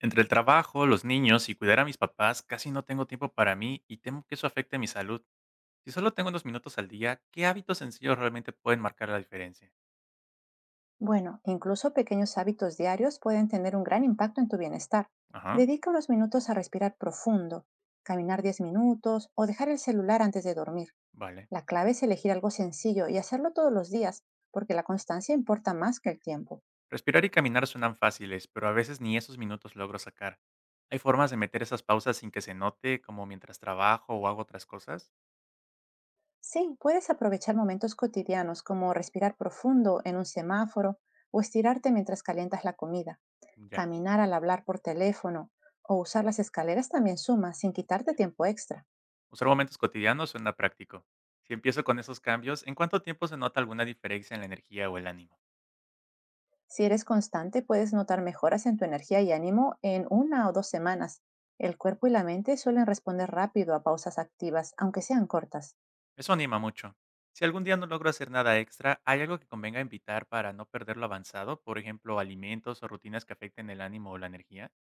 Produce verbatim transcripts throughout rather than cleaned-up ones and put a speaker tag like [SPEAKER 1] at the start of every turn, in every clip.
[SPEAKER 1] Entre el trabajo, los niños y cuidar a mis papás, casi no tengo tiempo para mí y temo que eso afecte mi salud. Si solo tengo unos minutos al día, ¿qué hábitos sencillos realmente pueden marcar la diferencia?
[SPEAKER 2] Bueno, incluso pequeños hábitos diarios pueden tener un gran impacto en tu bienestar.
[SPEAKER 1] Ajá,
[SPEAKER 2] Dedica unos minutos a respirar profundo, caminar diez minutos o dejar el celular antes de dormir.
[SPEAKER 1] vale.
[SPEAKER 2] La clave es elegir algo sencillo y hacerlo todos los días, porque la constancia importa más que el tiempo.
[SPEAKER 1] Respirar y caminar suenan fáciles, pero a veces ni esos minutos logro sacar. ¿Hay formas de meter esas pausas sin que se note, como mientras trabajo o hago otras cosas?
[SPEAKER 2] Sí, puedes aprovechar momentos cotidianos como respirar profundo en un semáforo o estirarte mientras calientas la comida,
[SPEAKER 1] Ya,
[SPEAKER 2] caminar al hablar por teléfono o usar las escaleras también suma sin quitarte
[SPEAKER 1] bien.
[SPEAKER 2] tiempo extra.
[SPEAKER 1] Usar momentos cotidianos suena práctico. Si empiezo con esos cambios, ¿en cuánto tiempo se nota alguna diferencia en la energía o el ánimo?
[SPEAKER 2] Si eres constante, puedes notar mejoras en tu energía y ánimo en una o dos semanas. El cuerpo y la mente suelen responder rápido a pausas activas, aunque sean cortas.
[SPEAKER 1] Eso anima mucho. Si algún día no logro hacer nada extra, ¿hay algo que convenga invitar para no perder lo avanzado? Por ejemplo, alimentos o rutinas que afecten el ánimo o la energía.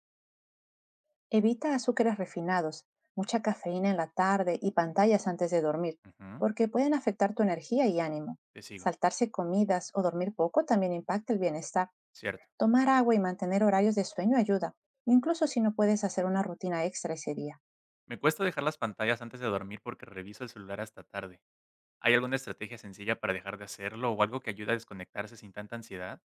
[SPEAKER 2] Evita azúcares refinados, mucha cafeína en la tarde y pantallas antes de dormir,
[SPEAKER 1] Ujú,
[SPEAKER 2] porque pueden afectar tu energía y ánimo.
[SPEAKER 1] te sigo.
[SPEAKER 2] Saltarse comidas o dormir poco también impacta el bienestar.
[SPEAKER 1] Cierto.
[SPEAKER 2] Tomar agua y mantener horarios de sueño ayuda, incluso si no puedes hacer una rutina extra ese día.
[SPEAKER 1] Me cuesta dejar las pantallas antes de dormir porque reviso el celular hasta tarde. ¿Hay alguna estrategia sencilla para dejar de hacerlo o algo que ayude a desconectarse sin tanta ansiedad?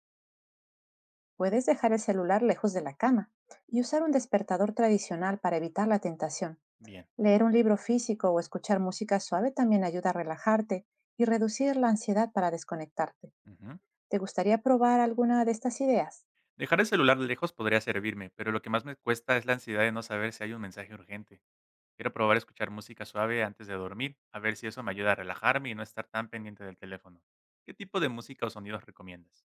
[SPEAKER 2] Puedes dejar el celular lejos de la cama y usar un despertador tradicional para evitar la tentación.
[SPEAKER 1] Bien.
[SPEAKER 2] Leer un libro físico o escuchar música suave también ayuda a relajarte y reducir la ansiedad para desconectarte.
[SPEAKER 1] Ujú.
[SPEAKER 2] ¿Te gustaría probar alguna de estas ideas?
[SPEAKER 1] Dejar el celular lejos podría servirme, pero lo que más me cuesta es la ansiedad de no saber si hay un mensaje urgente. Quiero probar a escuchar música suave antes de dormir, a ver si eso me ayuda a relajarme y no estar tan pendiente del teléfono. ¿Qué tipo de música o sonidos recomiendas?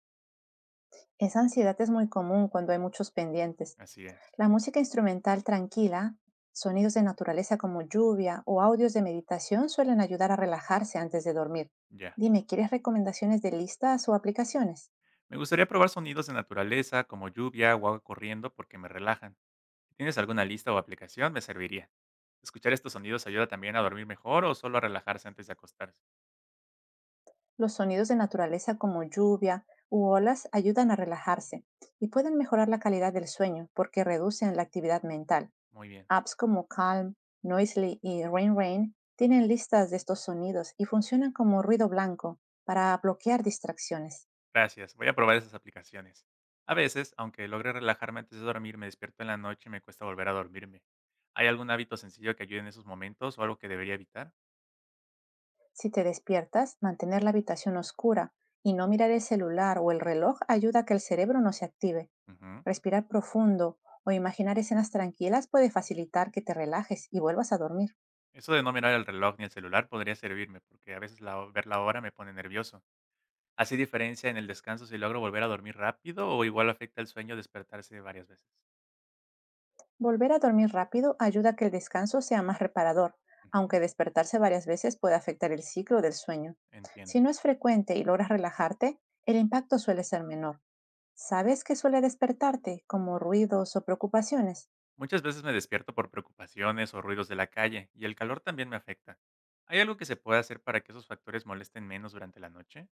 [SPEAKER 2] Esa ansiedad es muy común cuando hay muchos pendientes.
[SPEAKER 1] Así es,
[SPEAKER 2] La música instrumental tranquila, sonidos de naturaleza como lluvia o audios de meditación suelen ayudar a relajarse antes de dormir.
[SPEAKER 1] ya.
[SPEAKER 2] Dime, ¿quieres recomendaciones de listas o aplicaciones?
[SPEAKER 1] Me gustaría probar sonidos de naturaleza como lluvia o agua corriendo porque me relajan. Si tienes alguna lista o aplicación, me serviría. ¿Escuchar estos sonidos ayuda también a dormir mejor o solo a relajarse antes de acostarse?
[SPEAKER 2] Los sonidos de naturaleza como lluvia u olas ayudan a relajarse y pueden mejorar la calidad del sueño porque reducen la actividad mental.
[SPEAKER 1] Muy bien.
[SPEAKER 2] Apps como Calm, Noisely y Rain Rain tienen listas de estos sonidos y funcionan como ruido blanco para bloquear distracciones.
[SPEAKER 1] Gracias, voy a probar esas aplicaciones. A veces, aunque logre relajarme antes de dormir, me despierto en la noche y me cuesta volver a dormirme. ¿Hay algún hábito sencillo que ayude en esos momentos o algo que debería evitar?
[SPEAKER 2] Si te despiertas, mantener la habitación oscura y no mirar el celular o el reloj ayuda a que el cerebro no se active.
[SPEAKER 1] Ujú.
[SPEAKER 2] Respirar profundo o imaginar escenas tranquilas puede facilitar que te relajes y vuelvas a dormir.
[SPEAKER 1] Eso de no mirar el reloj ni el celular podría servirme, porque a veces la ho- ver la hora me pone nervioso. ¿Hace diferencia en el descanso si logro volver a dormir rápido o igual afecta el sueño despertarse varias veces?
[SPEAKER 2] Volver a dormir rápido ayuda a que el descanso sea más reparador,
[SPEAKER 1] Ujú.
[SPEAKER 2] aunque despertarse varias veces puede afectar el ciclo del sueño. Si
[SPEAKER 1] Entiendo.
[SPEAKER 2] no es frecuente y logras relajarte, el impacto suele ser menor. ¿Sabes qué suele despertarte, como ruidos o preocupaciones?
[SPEAKER 1] Muchas veces me despierto por preocupaciones o ruidos de la calle, y el calor también me afecta. ¿Hay algo que se pueda hacer para que esos factores molesten menos durante la noche?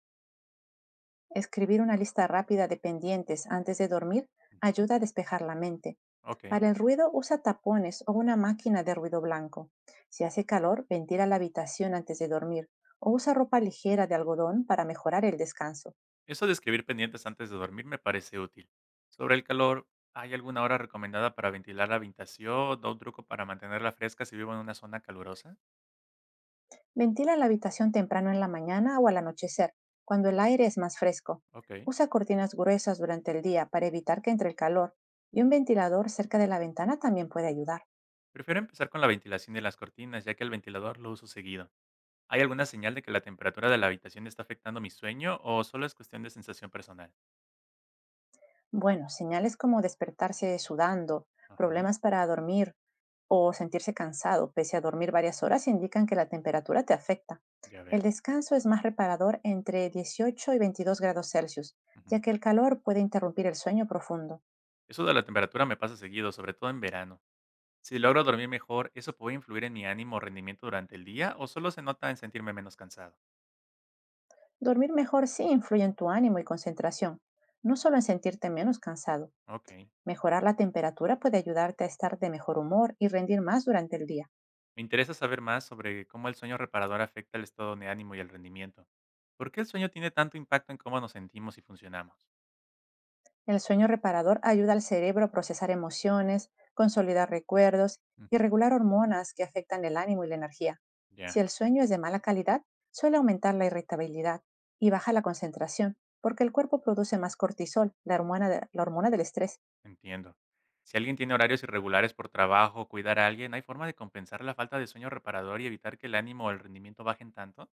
[SPEAKER 2] Escribir una lista rápida de pendientes antes de dormir
[SPEAKER 1] Ujú,
[SPEAKER 2] ayuda a despejar la mente.
[SPEAKER 1] ok.
[SPEAKER 2] Para el ruido, usa tapones o una máquina de ruido blanco. Si hace calor, ventila la habitación antes de dormir o usa ropa ligera de algodón para mejorar el descanso.
[SPEAKER 1] Eso de escribir pendientes antes de dormir me parece útil. Sobre el calor, ¿hay alguna hora recomendada para ventilar la habitación o un truco para mantenerla fresca si vivo en una zona calurosa?
[SPEAKER 2] Ventila la habitación temprano en la mañana o al anochecer, cuando el aire es más fresco.
[SPEAKER 1] Ok.
[SPEAKER 2] Usa cortinas gruesas durante el día para evitar que entre el calor y un ventilador cerca de la ventana también puede ayudar.
[SPEAKER 1] Prefiero empezar con la ventilación de las cortinas, ya que el ventilador lo uso seguido. ¿Hay alguna señal de que la temperatura de la habitación está afectando mi sueño o solo es cuestión de sensación personal?
[SPEAKER 2] Bueno, señales como despertarse sudando,
[SPEAKER 1] Ajá,
[SPEAKER 2] problemas para dormir o sentirse cansado pese a dormir varias horas indican que la temperatura te afecta.
[SPEAKER 1] ya veo.
[SPEAKER 2] El descanso es más reparador entre dieciocho y veintidós grados Celsius, ya
[SPEAKER 1] Ujú.
[SPEAKER 2] que el calor puede interrumpir el sueño profundo.
[SPEAKER 1] Eso de la temperatura me pasa seguido, sobre todo en verano. Si logro dormir mejor, ¿eso puede influir en mi ánimo o rendimiento durante el día o solo se nota en sentirme menos cansado?
[SPEAKER 2] Dormir mejor sí influye en tu ánimo y concentración, no solo en sentirte menos cansado.
[SPEAKER 1] Ok.
[SPEAKER 2] Mejorar la temperatura puede ayudarte a estar de mejor humor y rendir más durante el día.
[SPEAKER 1] Me interesa saber más sobre cómo el sueño reparador afecta el estado de ánimo y el rendimiento. ¿Por qué el sueño tiene tanto impacto en cómo nos sentimos y funcionamos?
[SPEAKER 2] El sueño reparador ayuda al cerebro a procesar emociones, consolidar recuerdos y
[SPEAKER 1] Ujú,
[SPEAKER 2] regular hormonas que afectan el ánimo y la energía.
[SPEAKER 1] ya,
[SPEAKER 2] Si el sueño es de mala calidad, suele aumentar la irritabilidad y baja la concentración, porque el cuerpo produce más cortisol, la hormona, de- la hormona del estrés.
[SPEAKER 1] entiendo. Si alguien tiene horarios irregulares por trabajo o cuidar a alguien, ¿hay forma de compensar la falta de sueño reparador y evitar que el ánimo o el rendimiento bajen tanto?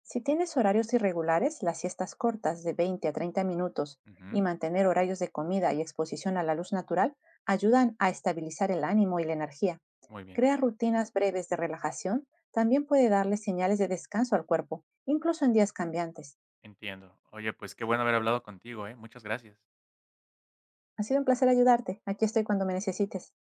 [SPEAKER 2] Si tienes horarios irregulares, las siestas cortas de veinte a treinta minutos y
[SPEAKER 1] Ujú,
[SPEAKER 2] mantener horarios de comida y exposición a la luz natural ayudan a estabilizar el ánimo y la energía.
[SPEAKER 1] muy bien.
[SPEAKER 2] Crear rutinas breves de relajación también puede darle señales de descanso al cuerpo, incluso en días cambiantes.
[SPEAKER 1] Entiendo. Oye, pues qué bueno haber hablado contigo, ¿eh? Muchas gracias.
[SPEAKER 2] Ha sido un placer ayudarte. Aquí estoy cuando me necesites.